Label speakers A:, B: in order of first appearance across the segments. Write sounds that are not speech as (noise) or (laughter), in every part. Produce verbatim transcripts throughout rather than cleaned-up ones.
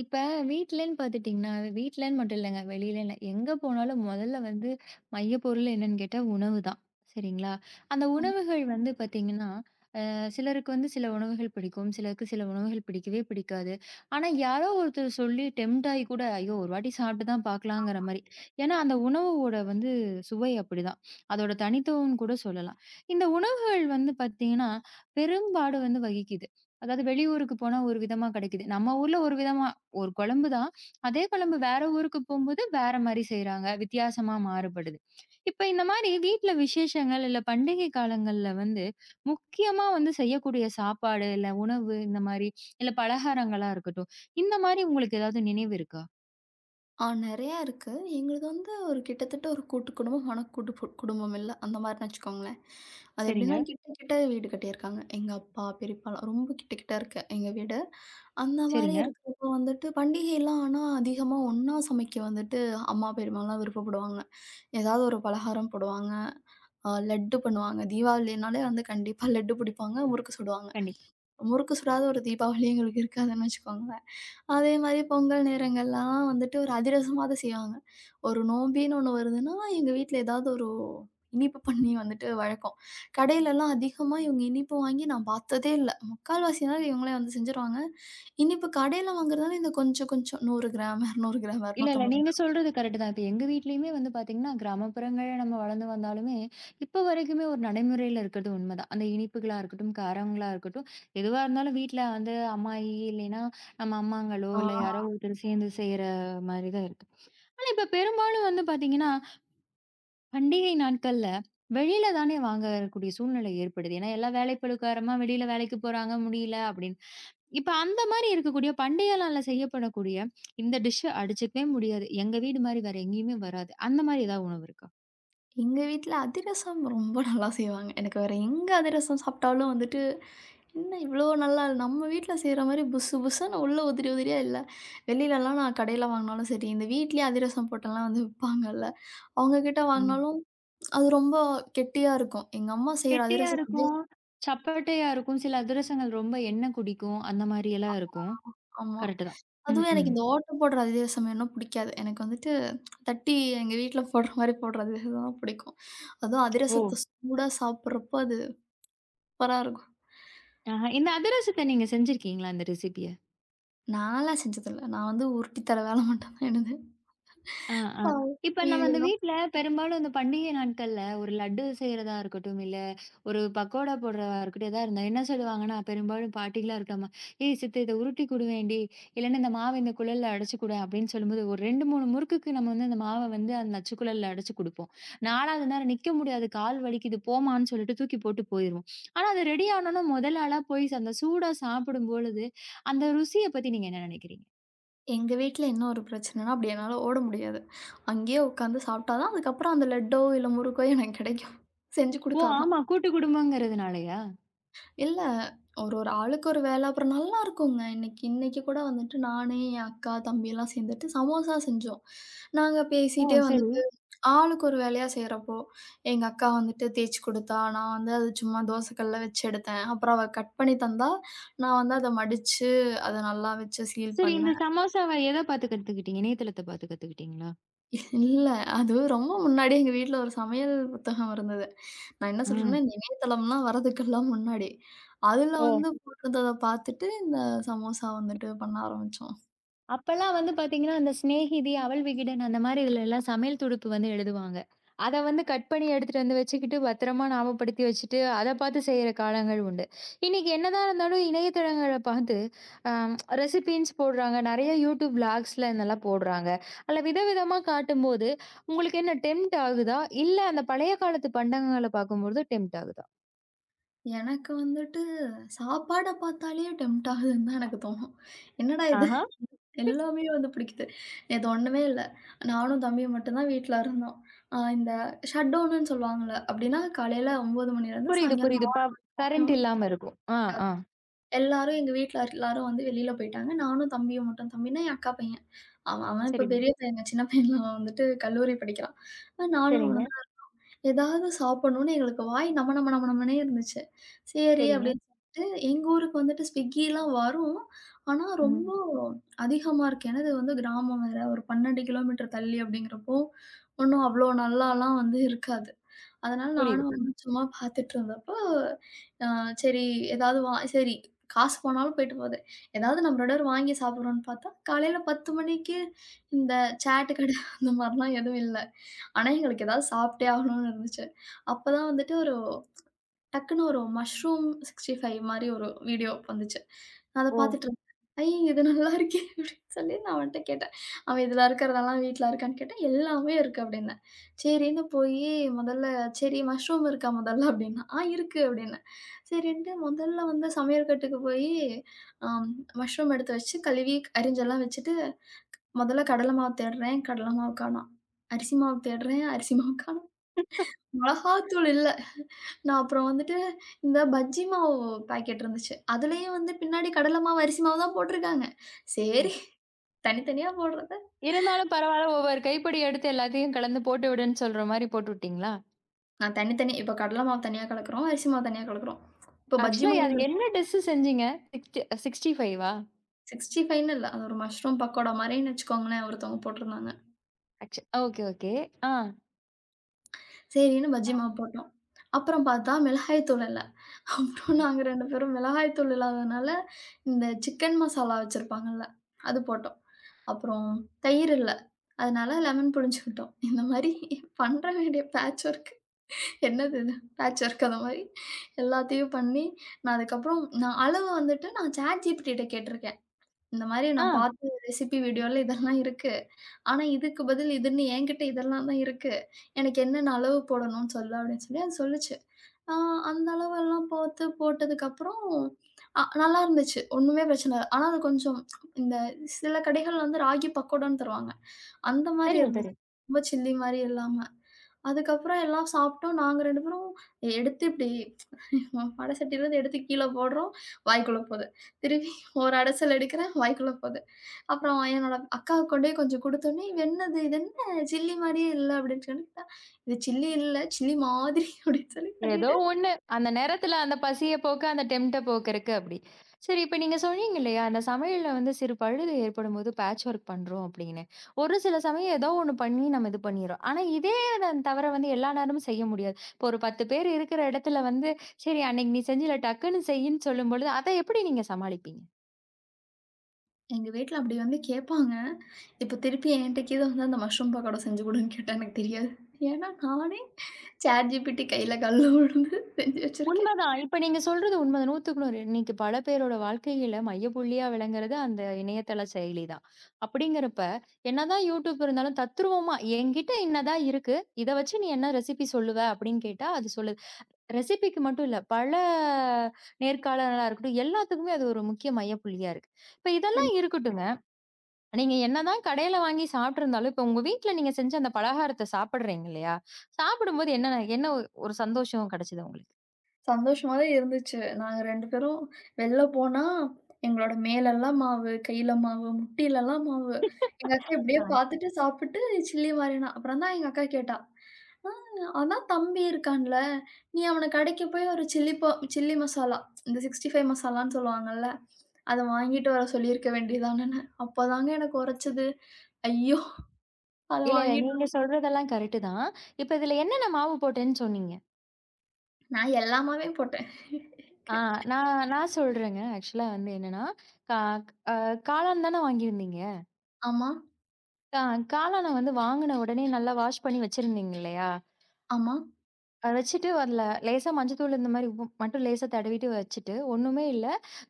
A: இப்ப வீட்லன்னு பார்த்துட்டீங்கன்னா, வீட்லன்னு மட்டும் இல்லங்க. வெளியில இல்ல. எங்க போனாலும் முதல்ல வந்து மையப்பொருள் என்னன்னு கேட்டா உணவு தான். சரிங்களா? அந்த உணவுகள் வந்து பார்த்தீங்கன்னா, சிலருக்கு வந்து சில உணவுகள் பிடிக்கும். சிலருக்கு சில உணவுகள் பிடிக்கவே பிடிக்காது. ஆனா, யாரோ ஒருத்தர் சொல்லி டெம்ப்ட் ஆயி கூட, ஐயோ! ஒரு வாட்டி சாப்பிட்டு தான் பார்க்கலாங்கிற மாரி. ஏன்னா, அந்த உணவோட வந்து சுவை அப்படிதான். அதோட தனித்துவம்னு கூட சொல்லலாம். இந்த உணவுகள் வந்து பார்த்தீங்கன்னா, பெரும்பாடு வந்து வகிக்குது. அதாவது வெளியூருக்கு போனா ஒரு விதமா கிடைக்குது. நம்ம ஊர்ல ஒரு விதமா ஒரு குழம்பு தான். அதே குழம்பு வேற ஊருக்கு போம்போது வேற மாரி செய்றாங்க. வித்தியாசமா மாறுபடுது. இப்ப இந்த மாரி வீட்ல விசேஷங்கள், இல்ல பண்டிகை காலங்கள்ல வந்து முக்கியமா வந்து செய்யக்கூடிய சாப்பாடு, இல்ல உணவு இந்த மாரி, இல்ல பலகாரங்களா இருக்கட்டும். இந்த மாரி உங்களுக்கு ஏதாவது நினைவு இருக்கா?
B: ஆ, நெறையா இருக்கு. எங்களுது வந்து ஒரு கிட்டத்தட்ட ஒரு கூட்டு குடும்பம். ஆனா கூட்டு பு குடும்பம் இல்ல. அந்த மாரின்னு வச்சுக்கோங்களேன். அது
A: சரிங்க,
B: எப்டின்னா கிட்ட கிட்ட வீடு கட்டியிருக்காங்க. எங்க அப்பா, பெரியப்பாலாம் ரொம்ப கிட்ட கிட்ட இருக்கு எங்க வீடு. அந்த மாரி
A: சரிங்க.
B: இருக்கிறப்போ வந்துட்டு பண்டிகைலாம் ஆனா அதிகமா ஒண்ணா சமைக்க வந்துட்டு அம்மா, பெரியம்மாலாம் விருப்பப்படுவாங்க. ஏதாவது ஒரு பலகாரம் போடுவாங்க. அ லட்டு பண்ணுவாங்க. தீபாவளினாலே வந்து கண்டிப்பா லட்டு பிடிப்பாங்க, முறுக்கு சுடுவாங்க.
A: கண்டிப்பா.
B: முறுக்கு சுடாத ஒரு தீபாவளி எங்களுக்கு இருக்காதுன்னு வச்சுக்கோங்களேன். அதே மாரி பொங்கல் நேரங்கள்லாம் வந்துட்டு ஒரு அதிரசமாவது செய்வாங்க. ஒரு நோம்பின்னு ஒண்ணு வருதுன்னா, எங்க வீட்ல ஏதாவது ஒரு இனிப்பு பண்ணி வந்துட்டு வழக்கம். கடையிலலாம் அதிகமா இவங்க இனிப்பு வாங்கி நான் பார்த்ததே இல்ல. முக்கால்வாசி நாள் இவங்களே வந்து செஞ்சுருவாங்க. இனிப்பு கடையில வாங்குறதுனால இந்த கொஞ்சம் கொஞ்சம் நூறு கிராம், இருநூறு கிராம்,
A: இல்ல, இல்ல.
B: இருநூத்தி ஐம்பது
A: நீங்க
B: கிராம்.
A: சொல்றது கரெக்ட் தான். இப்ப எங்க வீட்லயுமே வந்து பாத்தீங்கன்னா, கிராமப்புறங்கள்ல நம்ம வளர்ந்து வந்தாலுமே, இப்ப வரைக்குமே ஒரு நடைமுறையில இருக்கிறது உண்மதான். அந்த இனிப்புகளா இருக்கட்டும், காரங்களா இருக்கட்டும், எதுவா இருந்தாலும் வீட்ல வந்து அம்மாயி இல்லைன்னா, நம்ம அம்மாங்களோ, இல்ல யாரோ
B: ஆ,
A: ஒருத்தர் சேர்ந்து செய்ற மாரி தான் இருக்கு. ஆனா இப்ப பெரும்பாலும் வந்து பாத்தீங்கன்னா, பண்டிகை நாட்கள்ல வெளியில தானே வாங்கக்கூடிய சூழ்நிலை ஏற்படுது. ஏன்னா, எல்லா வேலைப்பளு காரணமா வெளியில வேலைக்கு போறாங்க, முடியல அப்படின்னு. இப்ப அந்த மாரி இருக்கக்கூடிய பண்டிகை நாள்ல செய்யப்படக்கூடிய, இந்த டிஷ் அடிச்சுக்கவே முடியாது. எங்க வீடு மாரி வேற எங்கேயுமே வராது. அந்த மாரி ஏதாவது உணவு இருக்கா?
B: எங்க வீட்ல அதிரசம் ரொம்ப நல்லா செய்வாங்க. எனக்கு வேற எங்க அதிரசம் சாப்பிட்டாலும் வந்துட்டு என்ன இவ்வளோ நல்லா இல்ல. நம்ம வீட்ல செய்ற மாரி புசு புசுன்னு உள்ள உதிரி உதிரியா இல்ல. வெளிலலாம் நான் கடையில வாங்குனாலும் சரி, இந்த வீட்லயே அதிரசம் பொட்டெல்லாம் வந்து விப்பாங்கல்ல. அவங்க கிட்ட
A: ம்.
B: வாங்குனாலும் அது ரொம்ப கெட்டியா இருக்கும். எங்க அம்மா செய்ற
A: கெட்டியா
B: அதிரசத்த அப்படியே.
A: இருக்கும், சப்பட்டையா இருக்கும், சில அதிரசங்கள் ரொம்ப எண்ணெய் குடிக்கும். அந்த மாரியெல்லாம் இருக்கும்.
B: ஆமா.
A: கரெக்ட்டு தான். ம்,
B: அதுவும் எனக்கு
A: ம்.
B: இந்த ஓட்ட போடுற அதிரசம் வேணும்னா பிடிக்காது. எனக்கு வந்துட்டு தட்டி எங்க வீட்ல போடுற மாரி போடுற அதிரசம் தான் பிடிக்கும். அதுவும்
A: ஓ!
B: அதிரசத்த சூடா சாப்பிடுறப்போ அது சூப்பரா இருக்கும்.
A: ஆஹ. இந்த அதிரசத்த நீங்க செஞ்சிருக்கீங்களா? இந்த ரெசிபிய?
B: நான்லாம் செஞ்சதில்ல. நான் வந்து உருட்டி தர வேல மட்டும் தான் என்னது.
A: ஆ, ஆ. இப்ப நம்ம இந்த
B: மீதி
A: வீட்ல பெரும்பாலும் இந்த பண்டிகை நாட்கள்ல ஒரு லட்டு செய்றதா இருக்கட்டும், இல்ல ஒரு பக்கோடா போடுறதா இருக்கட்டும், எதா இருந்தா என்ன சொல்லுவாங்கன்னா, பெரும்பாலும் பாட்டிகளா இருக்கமா, "ஏய் சித்து இத உருட்டி குடுவேன்டி, இல்லன்னா இந்த மாவ இந்த குழல்ல அடைச்சு குடேன்" அப்படின்னு சொல்லும்போது, ஒரு ரெண்டு, மூணு முறுக்குக்கு நம்ம வந்து அந்த மாவ வந்து அந்த நச்சுக்குழல்ல அடைச்சு குடுப்போம். நாலாவது நேரம் நிக்க முடியாது, கால் வலிக்குது போமான்னு சொல்லிட்டு தூக்கி போட்டு போயிருவோம். ஆனா அது ரெடி ஆனோன முதல் ஆளா போய் அந்த சூடா சாப்பிடும் பொழுது, அந்த ருசிய பத்தி நீங்க என்ன நினைக்கிறீங்க?
B: எங்க வீட்ல என்ன ஒரு பிரச்சனைன்னா, அப்படி என்னால ஓட முடியாது. அங்கேயே உட்காந்து சாப்பிட்டா தான், அதுக்கப்புறம் அந்த லட்டோ, இல்ல முறுக்கோ எனக்கு கிடைக்கும். செஞ்சு
A: ஓ!
B: குடுத்தா தான்.
A: ஆமா கூட்டு குடும்பம்ங்கிறதுனாலயா?
B: இல்ல, ஒரு ஒரு ஆளுக்கு ஒரு வேலை. அப்புறம் நல்லாருக்குங்க. இன்னைக்கு இன்னைக்கு கூட வந்துட்டு நானு, என் அக்கா, தம்பிலாம் சேர்ந்துட்டு சமோசா செஞ்சோம். நாங்க
A: ஓ!
B: பேசிட்டே
A: சரி.
B: வந்துட்டு ஆளுக்கு ஒரு வேலையா செய்றப்போ, எங்க அக்கா வந்துட்டு தேய்ச்சு குடுத்தா, நான் வந்து அது சும்மா தோசைக்கல்ல வச்சு எடுத்தேன். அப்புறம் அவ கட் பண்ணி தந்தா, நான் வந்து அத மடிச்சு, அத நல்லா வச்சு சீல்
A: சரி. இந்த
B: பண்ணேன்.
A: சமோசாவ எத பார்த்து கத்துக்கிட்டீங்க? இணையதளத்த பார்த்து கத்துக்கிட்டீங்களா?
B: இல்ல. அது ரொம்ப முன்னாடியே எங்க வீட்ல ஒரு சமையல் புத்தகம் இருந்தது. நான் என்ன
A: ம்.
B: சொல்றேன்னா, இந்த இணையதளம்லாம் வர்றதுக்கெல்லாம் முன்னாடி. அதுல
A: ஓ!
B: வந்து போட்டிருந்தத பார்த்துட்டு, இந்த சமோசா வந்துட்டு பண்ண ஆரம்பிச்சோம்.
A: அப்பல்லாம் வந்து பார்த்தீங்கன்னா, அந்த சிநேகிதி, அவள் விகிடன் அந்த மாரி இதுலலாம் சமையல் துடுப்பு வந்து எழுதுவாங்க. அத வந்து கட் பண்ணி எடுத்துட்டு வந்து வச்சுக்கிட்டு, பத்திரமா ஞாபகப்படுத்தி வச்சுட்டு, அத பார்த்து செய்ற காலங்கள் உண்டு. இன்னைக்கு என்னதான் இருந்தாலும் இணையதளங்கள பார்த்து அ ரெசிபீன்ஸ் போடுறாங்க. நெறைய YouTube விளாக்ஸ்ல இதெல்லாம் போடுறாங்க. அதுல விதவிதமா காட்டும்போது, உங்களுக்கு என்ன டெம்ப்ட் ஆகுதா? இல்ல அந்த பழைய காலத்து பண்டங்கள பார்க்கும்பொழுது டெம்ப்ட் ஆகுதா?
B: எனக்கு வந்துட்டு சாப்பாட பார்த்தாலே டெம்ப்ட் ஆகுதுன்னு தான் எனக்கு தோணும். என்னடா இது!
A: ஆஹா!
B: எல்லாமே வந்து பிடிக்குது. நேத்து ஒண்ணுமே இல்ல. நானும் தம்பியும் மட்டும் தான் வீட்ல இருந்தோம். அ இந்த ஷட்டவுனுன்னு சொல்லுவாங்கல்ல. அப்டின்னா காலையில ஒன்பது மணிலேருந்து
A: புரியுது,
B: சாயங்காலம்
A: புரியுது. ப கரண்ட்
B: வரைக்கும்
A: இல்லாம இருக்கும். ஆ, ஆ.
B: எல்லாரும் எங்க வீட்ல எல்லாரும் வந்து வெளியில போயிட்டாங்க. நானும் தம்பியும் மட்டும் தம்பினா என் அக்கா பையன். அவன் அவன் இப்ப
A: சரிங்க,
B: பெரிய பையன். சின்ன பையன் அவன் வந்துட்டு கல்லூரி படிக்கிறான். அ நானும்
A: சரிங்க,
B: அவனும் தான். ஏதாவது சாப்பிடணும்னு எங்களுக்கு வாய் நம்ம நம்ம நம்ம நம்மனே இருந்துச்சு. சரி
A: சரிங்க.
B: அப்படின்னு சொல்லிட்டு எங்க ஊருக்கு வந்துட்டு ஸ்விக்கிலாம் வரும். ஆனா ரொம்ப
A: ம்.
B: அதிகமா இருக்கு. ஏன்னா இது வந்து கிராமம் வேற. ஒரு பன்னிரண்டு கிலோமீட்டர் தள்ளி அப்படிங்கிறப்போ, ஒண்ணும் அவ்வளோ நல்லாலாம் வந்து இருக்காது. அதனால
A: புரியுது,
B: நானும்
A: புரியுது.
B: அவனும் சும்மா பார்த்துட்டு இருந்தப்போ ஆ சரி, ஏதாவது வா சரி, காசு போனாலும் போயிட்டு போகுது. ஏதாவது நம்ம ரெண்டு பேரும் வாங்கி சாப்பிடுறோம்ன்னு பார்த்தா, காலையில பத்து மணிக்கு இந்த சாட் கடை அந்த மாரிலாம் எதுவும் இல்ல. ஆனா எங்களுக்கு ஏதாவது சாப்பிட்டே ஆகணும்னு இருந்துச்சு. அப்பதான் வந்துட்டு ஒரு டக்குன்னு ஒரு மஷ்ரூம் அறுபத்தஞ்சு மாரி ஒரு வீடியோ வந்துச்சு. நான் அத
A: ஓ!
B: பார்த்துட்டுருந்தேன். "ஐ! இது நல்லாருக்கே!" அப்படின்னு சொல்லி நான் அவன்ட்ட கேட்டேன். அவன் "இதுல இருக்கிறதெல்லாம் வீட்ல இருக்கான்னு?" கேட்டேன். "எல்லாமே இருக்கு" அப்படின்னேன். சரின்னு போயி முதல்ல சரி மஷ்ரூம் இருக்கா முதல்ல அப்படின்னா, "ஆ இருக்கு" அப்படின்னேன். சரின்ட்டு முதல்ல வந்து சமையல் கட்டுக்கு போயி அம் மஷ்ரூம் எடுத்து வச்சு கழுவி அரிஞ்செல்லாம் வச்சுட்டு, முதல்ல கடல மாவு தேடுறேன், கடல மாவு காணோம். அரிசி மாவு தேடுறேன், அரிசி மாவு காணோம். மிளகாத்தூள் இல்ல. நான் அப்புறம் வந்துட்டு இந்த பஜ்ஜி மாவு பாக்கெட் இருந்துச்சு. அதுலயும் வந்து பின்னாடி கடல மாவு, அரிசி மாவு தான் போட்டிருக்காங்க.
A: ம்.
B: சரி, தனித்தனியா போடுறது.
A: இருந்தாலும் பரவால்ல, ஒவ்வொரு கைப்பிடி எடுத்து எல்லாத்தையும் கலந்து போட்டு விடுன்னு சொல்ற மாரி போட்டு விட்டீங்களா?
B: நான் தனித்தனி இப்ப கடல மாவு தனியா கலக்குறோம். அரிசி மாவு தனியா கலக்குறோம். இப்ப பஜ்ஜி
A: ஆக்சுவலா அது
B: மாவு
A: என்ன டிஷ் செஞ்சீங்க? சிக்ஸ்டி சிக்ஸ்டி ஃபைவ ஆ?
B: 65ன்னு இல்ல. அது ஒரு மஷ்ரூம் பக்கோடா மாரின்னு வச்சுக்கோங்களேன் ஒருத்தவங்க போட்டிருந்தாங்க.
A: ஆக்சு ஓகே, ஓகே. ஆ,
B: சரின்னு பஜ்ஜி மாவு போட்டோம். அப்புறம் பார்த்தா மிளகாய் தூள் இல்ல. அப்புறம் நாங்க ரெண்டு பேரும் மிளகாய் தூள் இல்லாதனால, இந்த சிக்கன் மசாலா வச்சிருப்பாங்கல்ல, அது போட்டோம். அப்புறம் தயிர் இல்ல. அதனால லெமன் புழிஞ்சுக்கிட்டோம். இந்த மாரி பண்ற வேண்டிய பேட்ச் ஒர்க். என்னது இது? பேட்ச் ஒர்க் அந்த மாரி எல்லாத்தையும் பண்ணி, நான் அதுக்கப்புறம் நான் அளவு வந்துட்டு நான் ChatGPT கிட்ட கேட்டிருக்கேன். இந்த மாரி
A: ஆ.
B: நான் பார்த்த ரெசிபி வீடியோல இதெல்லாம் இருக்கு. ஆனா, இதுக்கு பதில் இதுன்னு என்கிட்ட இதெல்லாம் தான் இருக்கு. எனக்கு என்னென்ன அளவு போடணும்னு சொல்லு அப்படின்னு சொல்லி அது சொல்லுச்சு. ஆ அந்த அளவெல்லாம் பார்த்து போட்டதுக்கப்புறம் அ நல்லா இருந்துச்சு. ஒண்ணுமே பிரச்சனை இல்ல. ஆனா, அது கொஞ்சம் இந்த சில கடைகள்ல வந்து ராகி பக்கோடான்னு தருவாங்க. அந்த மாரி
A: தெரியும்,
B: இருந்துச்சு.
A: தெரியும்.
B: ரொம்ப சில்லி மாரி இல்லாம. அதுக்கப்புறம் எல்லாம் சாப்பிட்டோம். நாங்க ரெண்டு பேரும் எடுத்து இப்டி வட சட்டியிலருந்து (laughs) எடுத்து கீழ போடுறோம். வாய்க்குள்ள போது. திருப்பி ஒரு அடசல் எடுக்கிறேன். வாய்க்குள்ள போது. அப்புறம் என்னோட அக்காவுக்கு கொண்டு போய் கொஞ்சம் குடுத்தோனே, "இது என்னது? இது என்ன சில்லி மாரியே இல்ல" அப்டின்னு சொல்லி கேட்டா, "இது சில்லி இல்ல, சில்லி மாதிரி" (laughs) அப்டின்னு சொல்லி
A: ஏதோ
B: சொல்லிட்டு,
A: ஒண்ணு. அந்த நேரத்துல அந்த பசிய போக்க, அந்த டெம்ட்ட போக்குறக்கு அப்படி. சரி இப்ப நீங்க சொன்னீங்க இல்லையா, அந்த சமையல்ல வந்து சிறு பழுது ஏற்படும்போது பேட்ச் ஒர்க் பண்றோம் அப்படின்னு. ஒரு சில சமயம் ஏதோ ஒண்ணு பண்ணி நம்ம இது பண்ணிர்றோம். ஆனா இதே தன் தவற வந்து எல்லா நேரமும் செய்ய முடியாது. இப்போ ஒரு பத்து பேர் இருக்கிற இடத்துல வந்து, சரி அன்னைக்கு நீ செஞ்சில டக்குன்னு செய்யின்னு சொல்லும்பொழுது, அத எப்படி நீங்க சமாளிப்பீங்க?
B: எங்க வீட்ல அப்டி வந்து கேட்பாங்க. இப்ப திருப்பி என்ட்ட கீது வந்து அந்த மஷ்ரூம் பக்கோடா செஞ்சு குடுன்னு கேட்டா எனக்கு தெரியாது. ஏன்னா நானே சாட் ஜிபிடி கையில கால்ல விழுந்து செஞ்சு வச்சிருக்கேன்.
A: உண்மதான். இப்ப நீங்க சொல்றது உண்மதான். 100க்கு நூறு. இன்னைக்கு பல பேரோட வாழ்க்கையில மையப்புள்ளியா விளங்குறது அந்த இணையதள செயலி தான். அப்படிங்கிறப்ப, என்னதான் YouTube இருந்தாலும் தத்ரூவமா, "என்கிட்ட இன்னதான் இருக்கு. இத வச்சு நீ என்ன ரெசிபி சொல்லுவ?" அப்படின்னு கேட்டா, அது சொல்லுது. ரெசிபிக்கு மட்டும் இல்ல, பல நேர்காணலா இருக்கட்டும், எல்லாத்துக்குமே அது ஒரு முக்கிய மையப்புள்ளியா இருக்கு. இப்ப இதெல்லாம் இருக்கட்டுங்க. நீங்க என்னதான் கடையில வாங்கி சாப்பிட்டுருந்தாலும், இப்ப உங்க வீட்ல நீங்க செஞ்ச அந்த பலகாரத்த சாப்பிடுறீங்க இல்லையா? சாப்பிடும்போது என்ன என்ன ஒரு சந்தோஷம் கிடைச்சது உங்களுக்கு?
B: சந்தோஷமாவே இருந்துச்சு. நாங்க ரெண்டு பேரும் வெளில போனா, எங்களோட மேலெல்லாம் மாவு, கையில மாவு, முட்டிலலாம் மாவு. எங்க அக்கா இப்படியே பார்த்துட்டு சாப்பிட்டு சில்லி வாரினா. அப்புறம் தான் எங்க அக்கா கேட்டா, "ஆ, அதான் தம்பி இருக்கான்ல, நீ அவன கடைக்கு போய் ஒரு சில்லி ப சில்லி மசாலா, இந்த அறுபத்தி ஐந்து மசாலான்னு சொல்லுவாங்கல்ல, அத வாங்கிட்டு வர சொல்லியிருக்க வேண்டியதானன்னு." அப்பதாங்க எனக்கு உரைச்சது. ஐயோ! அத
A: இல்ல, இல்ல.
B: வாங்கிட்டு
A: நீங்க சொல்றதெல்லாம் கரெக்ட்டு தான். இப்ப இதுல என்னென்ன மாவு போட்டேன்னு சொன்னீங்க.
B: நான் எல்லா மாவையும் போட்டேன்.
A: ஆ நான் நான் சொல்றேங்க. ஆக்சுவலா வந்து என்னன்னா, கா அ காளான் தானே வாங்கியிருந்தீங்க?
B: ஆமா.
A: கா காளான வந்து வாங்குன உடனே நல்லா வாஷ் பண்ணி வச்சிருந்தீங்க இல்லையா?
B: ஆமா,
A: அத வச்சுட்டு அதுல லேசா மஞ்சத்தூள் இந்த மாரி உப்பு மட்டும் லேசா தடவிட்டு வச்சுட்டு, ஒண்ணுமே இல்ல.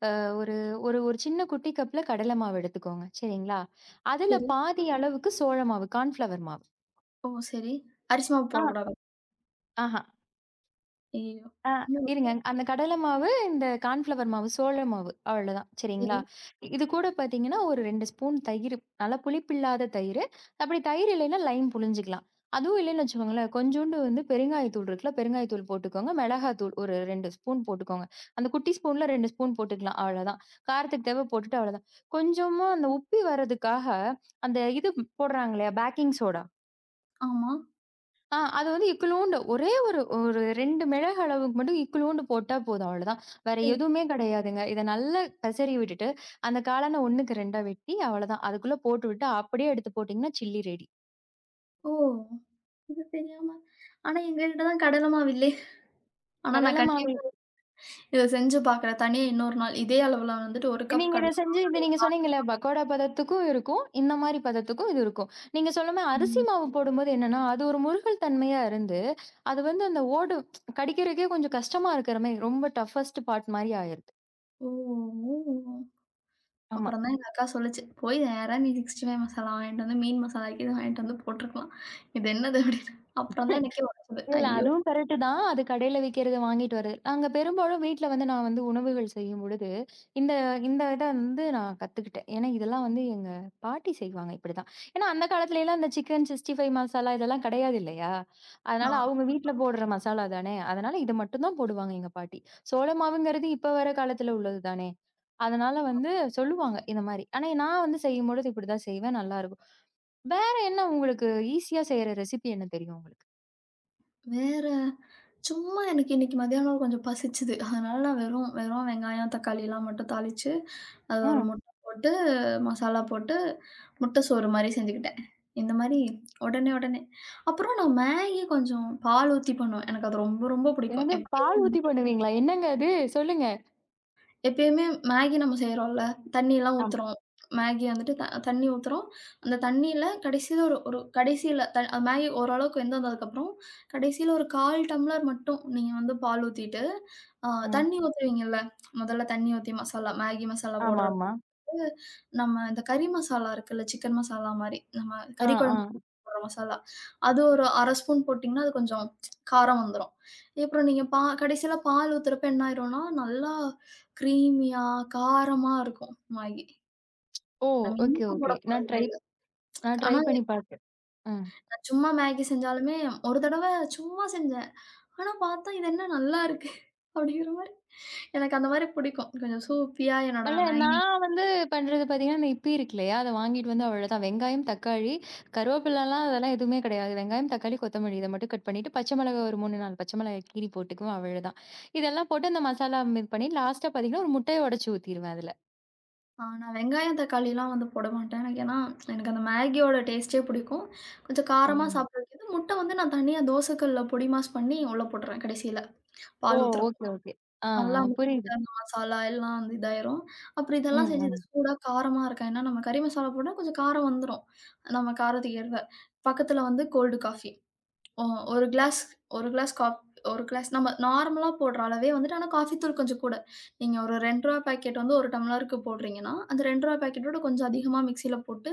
A: அ ஒரு ஒரு ஒரு சின்ன குட்டி கப்ல கடலை மாவு எடுத்துக்கோங்க. சரிங்களா? அதுல
B: சரி.
A: பாதி அளவுக்கு சோள மாவு, கார்ன்ஃப்ளவர் மாவு.
B: ஓ! சரி. அரிசி மாவு
A: ஆ,
B: போடக்கூடாதா?
A: ஆஹ.
B: ஐயய்யோ!
A: ஆ
B: ஓ!
A: இருங்க. அந்த கடலை மாவு, இந்த கார்ன்ஃப்ளவர் மாவு, சோள மாவு அவ்வளோதான் சரிங்களா?
B: சரி.
A: இ- இது கூட பார்த்தீங்கன்னா, ஒரு ரெண்டு ஸ்பூன் தயிரு. நல்லா புளிப்பில்லாத தயிரு. அப்படி தயிர் இல்லைன்னா லைம் புழிஞ்சுக்கலாம். அதுவும் இல்லைன்னு வச்சுக்கோங்களேன், கொஞ்சோண்டு வந்து பெருங்காயத்தூள் இருக்குல்ல, பெருங்காயத்தூள் போட்டுக்கோங்க. மிளகாத்தூள் ஒரு ரெண்டு ஸ்பூன் போட்டுக்கோங்க. அந்த குட்டி ஸ்பூன்ல ரெண்டு ஸ்பூன் போட்டுக்கலாம். அவ்வளோதான். காரத்துக்கு தேவ போட்டுட்டு அவ்வளோதான். கொஞ்சமா அந்த உப்பி வர்றதுக்காக, அந்த இது போடுறாங்க இல்லையா பேக்கிங் சோடா.
B: ஆமா.
A: ஆ அது வந்து இக்குலூண்டு ஒரே ஒரு ஒரு ரெண்டு மிளகு அளவுக்கு மட்டும் இக்குலூண்டு போட்டா போதும் அவ்வளதான். வேற
B: ஓ!
A: எதுவுமே கிடையாதுங்க. இத நல்லா பெசறி விட்டுட்டு, அந்த காளான ஒன்றுக்கு ரெண்டா வெட்டி அவ்வளதான். அதுக்குள்ள போட்டுவிட்டு அப்படியே எடுத்து போட்டீங்கன்னா, சில்லி ரெடி.
B: ஓ! இது தெரியாம. ஆனா எங்ககிட்ட தான் கடலமாவு இல்லையே. ஆனா நான்
A: கடல மாவு
B: கண்டிப்பா இத செஞ்சு பார்க்குறேன். தனியா இன்னொரு நாள். இதே அளவுல வந்துட்டு ஒரு கப்
A: நீங்க இத செஞ்சு இத நீங்க சொன்னீங்கல்ல, பக்கோடா பதத்துக்கும் இருக்கும். இந்த மாரி பதத்துக்கும் இது இருக்கும். நீங்க சொன்னமாரி அரிசி
B: கடலமாவு.
A: மாவு போடும்போது என்னன்னா, அது ஒரு முறுகல் தன்மையா இருந்து, அது வந்து அந்த ஓடும். கடிக்கிறதுக்கே கொஞ்சம் கஷ்டமா இருக்கிற மாரி ரொம்ப டஃபஸ்ட் பார்ட் மாரி ஆயிருது.
B: ஓ! ஓ!
A: ஆமா.
B: அப்புறம் தான் எங்க அக்கா சொல்லுச்சு. போய் நேரா நீ அறுபத்தி ஐந்து மசாலா வாங்கிட்டு வந்து மீன் மசாலா கீது வாங்கிட்டு வந்து போட்டுருக்கலாம். இது என்னது? அப்படின்னு. அப்புறம் தான் எனக்கே உரைச்சது.
A: இல்ல
B: ஐயோ!
A: அதுவும் கரெக்ட் தான். அது கடையில விக்கிறத வாங்கிட்டு வரது. நாங்க பெரும்பாலும் வீட்ல வந்து நான் வந்து உணவுகள் செய்யும் பொழுது, இந்த இந்த இத வந்து நான் கத்துக்கிட்டேன். ஏன்னா இதெல்லாம் வந்து எங்க பாட்டி செய்வாங்க இப்படிதான். ஏன்னா அந்த காலத்துலலாம் இந்த சிக்கன் சிக்ஸ்டி ஃபைவ மசாலா இதெல்லாம் கிடையாது இல்லையா?
B: ஆ.
A: அதனால அவங்க வீட்ல போடுற மசாலா தானே. அதனால இத மட்டும் தான் போடுவாங்க எங்க பாட்டி. சோள மாவுங்கிறது இப்ப வர காலத்துல உள்ளது தானே. அதனால வந்து சொல்லுவாங்க இந்த மாரி. ஆனா நான் வந்து செய்யும்பொழுது இப்படிதான் செய்வேன். நல்லா இருக்கும். வேற என்ன உங்களுக்கு ஈஸியா செய்ற ரெசிபி என்ன தெரியும் உங்களுக்கு?
B: வேற, சும்மா எனக்கு இன்னைக்கு மதியானம் கொஞ்சம் பசிச்சுது. அதனால நான் வெறும் வெறும் வெங்காயம், தக்காளிலாம் மட்டும் தாளிச்சு, அது ஒரு
A: ம்.
B: முட்டை போட்டு, மசாலா போட்டு, முட்டை சோறு மாரி செஞ்சுக்கிட்டேன். இந்த மாரி உடனே உடனே. அப்புறம் நான் மேகி கொஞ்சம் பால் ஊத்தி பண்ணுவேன். எனக்கு அது ரொம்ப ரொம்ப பிடிக்கும்.
A: என்னது
B: எப்ப
A: பால் ஊத்தி பண்ணுவீங்களா? என்னங்க அது? சொல்லுங்க.
B: எப்பயுமே மேகி நம்ம செய்றோம்ல. தண்ணிலாம்
A: ஆம்.
B: ஊத்துறோம். மேகி வந்துட்டு த தண்ணி ஊத்துறோம். அந்த தண்ணீல கடைசில ஒரு ஒரு கடைசில த மேகி ஓரளவுக்கு வெந்து வந்ததுக்கப்புறம், கடைசில ஒரு கால் டம்ளர் மட்டும் நீங்க வந்து பால் ஊத்திட்டு, அ
A: ம்.
B: தண்ணி ஊத்துவீங்கல்ல. முதல்ல தண்ணி ஊத்தி மசாலா மேகி மசாலா போடுறப்ப.
A: ஆமாமா.
B: வந்து நம்ம இந்த கறி மசாலா இருக்குல்ல, சிக்கன் மசாலா மாரி. நம்ம
A: ஆ,
B: கறி
A: ஆ.
B: குழம்பு போடுற மசாலா. அது ஒரு அரை ஸ்பூன் போட்டிங்கன்னா, அது கொஞ்சம் காரம் வந்துரும். அப்புறம் நீங்க பா கடைசியில பால் ஊத்துறப்ப என்ன ஆயிரும்னா, நல்லா கிரீமியா, காரமா இருக்கும் மேகி.
A: ஓ!
B: நம்ம
A: ஓகே,
B: இனிப்பு போட
A: ஓகே. நான்
B: போறது
A: ட்ரை
B: இல்ல.
A: நான் ட்ரை
B: ஆனா
A: பண்ணி பார்த்தேன். ம்.
B: நான் சும்மா மேகி செஞ்சாலுமே, ஒரு தடவ சும்மா செஞ்சேன். ஆனா பார்த்தா, இது என்ன நல்லா இருக்கு அப்படிங்கிற மாரி. எனக்கு அந்த மாரி பிடிக்கும். கொஞ்சம் சூப்பியா என்னோட
A: இல்ல
B: மேகி.
A: நான் வந்து பண்றது பார்த்தீங்கன்னா, அந்த இப்பி இருக்கு இல்லையா? அத வாங்கிட்டு வந்து அவ்வளதான். வெங்காயம், தக்காளி, கருவேப்பிலலாம் அதெல்லாம் எதுவுமே கிடையாது. வெங்காயம், தக்காளி, கொத்தமல்லி இத மட்டும் கட் பண்ணிட்டு, பச்சை மிளகா ஒரு மூணு, நான்கு பச்சை மிளகாய் கீறி போட்டுக்குவேன் அவ்வளதான். இதெல்லாம் போட்டு அந்த மசாலா இது பண்ணி லாஸ்ட்டா பார்த்தீங்கன்னா, ஒரு முட்டைய உடைச்சு ஊத்திருவேன் அதுல.
B: ஆ நான் வெங்காயம், தக்காளிலாம் வந்து போட மாட்டேன். எனக்கு ஏன்னா, எனக்கு அந்த மேகியோட டேஸ்ட்டே பிடிக்கும். கொஞ்சம் காரமா
A: ம்.
B: சாப்பிடுறதுக்கு முட்டை வந்து நான் தனியா தோசைக்கல்ல பொடி மாஸ் பண்ணி உள்ள போட்டுருவேன் கடைசியில,
A: ஓ!
B: பால் ஊத்துறப்போ.
A: Okay, okay. ஆ, ஆ.
B: நல்லா அந்த
A: புரியுது.
B: முட்டை, அந்த மசாலா எல்லாம் வந்து இதாயிரும். அப்புறம் இதெல்லாம்
A: ம்,
B: செஞ்சு இது
A: ம்.
B: சூடா காரமா இருக்கா ஏன்னா நம்ம கறி மசாலா போட்டா கொஞ்சம் காரம் வந்துரும். நம்ம காரத்துக்கு ஏற்ப. பக்கத்துல வந்து கோல்டு காஃபி. அ ஒரு கிளாஸ் ஒரு கிளாஸ் காப் ஒரு கிளாஸ் நம்ம நார்மலா போடுற அளவே வந்துட்டு ஆனா காஃபி தூள் கொஞ்சம் கூட. நீங்க ஒரு ரூ. ரெண்டு பாக்கெட் வந்து ஒரு டம்ளருக்கு போடுறீங்கன்னா, அந்த ரூ. ரெண்டு பாக்கெட்டோட கொஞ்சம் அதிகமா மிக்ஸியில போட்டு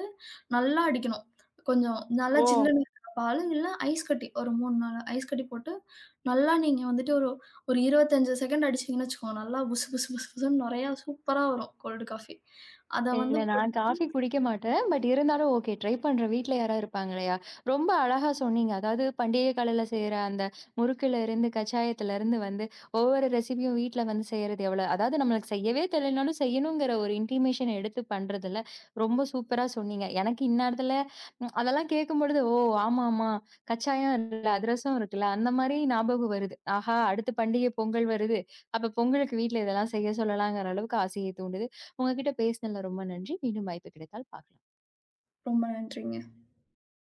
B: நல்லா அடிக்கணும். கொஞ்சம் நல்லா
A: ஓ!
B: ஜில்லுன்னு இருக்கிற பால் இல்ல ஐஸ் கட்டி ஒரு மூணு, நான்கு ஐஸ் கட்டி போட்டு நல்லா நீங்க வந்துட்டு ஒரு ஒரு இருபத்தி ஐந்து செகண்ட் அடிச்சீங்கன்னு வச்சுக்கோங்க. நல்லா புசு புசு புசு புசுன்னு நெறையா சூப்பரா வரும் கோல்டு காஃபி. அத
A: இல்ல
B: வந்து போட்டு.
A: நான் காஃபி குடிக்க மாட்டேன். பட் இருந்தாலும் ஓகே. ட்ரை பண்றேன். வீட்ல யாராவது இருப்பாங்களையா? ரொம்ப அழகா சொன்னீங்க. அதாவது பண்டிகை காலையில செய்ற அந்த முறுக்குல இருந்து, கச்சாயத்துல இருந்து வந்து ஒவ்வொரு ரெசிபியும் வீட்ல வந்து செய்றது எவ்வளோ அதாவது நம்மளுக்கு செய்யவே தெரியலனாலும் செய்யணுங்கிற ஒரு இன்டிமேஷன் எடுத்து பண்றதுல ரொம்ப சூப்பரா சொன்னீங்க. எனக்கு இந்நேரத்துல ம் அதெல்லாம் கேட்கும்பொழுது, "ஓ! ஆமாமா. கச்சாயம் இருக்குல்ல, அதிரசம் இருக்குல்ல." அந்த மாரி ஞாபகம் வருது. ஆஹா! அடுத்து பண்டிகை பொங்கல் வருது. அப்ப பொங்கலுக்கு வீட்ல இதெல்லாம் செய்ய சொல்லலாங்கிற அளவுக்கு ஆசையை தூண்டுது. உங்ககிட்ட பேசினதுல ரொம்ப நன்றி. மீண்டும் வாய்ப்பு கிடைத்தால் பார்க்கலாம்.
B: ரொம்ப நன்றிங்க.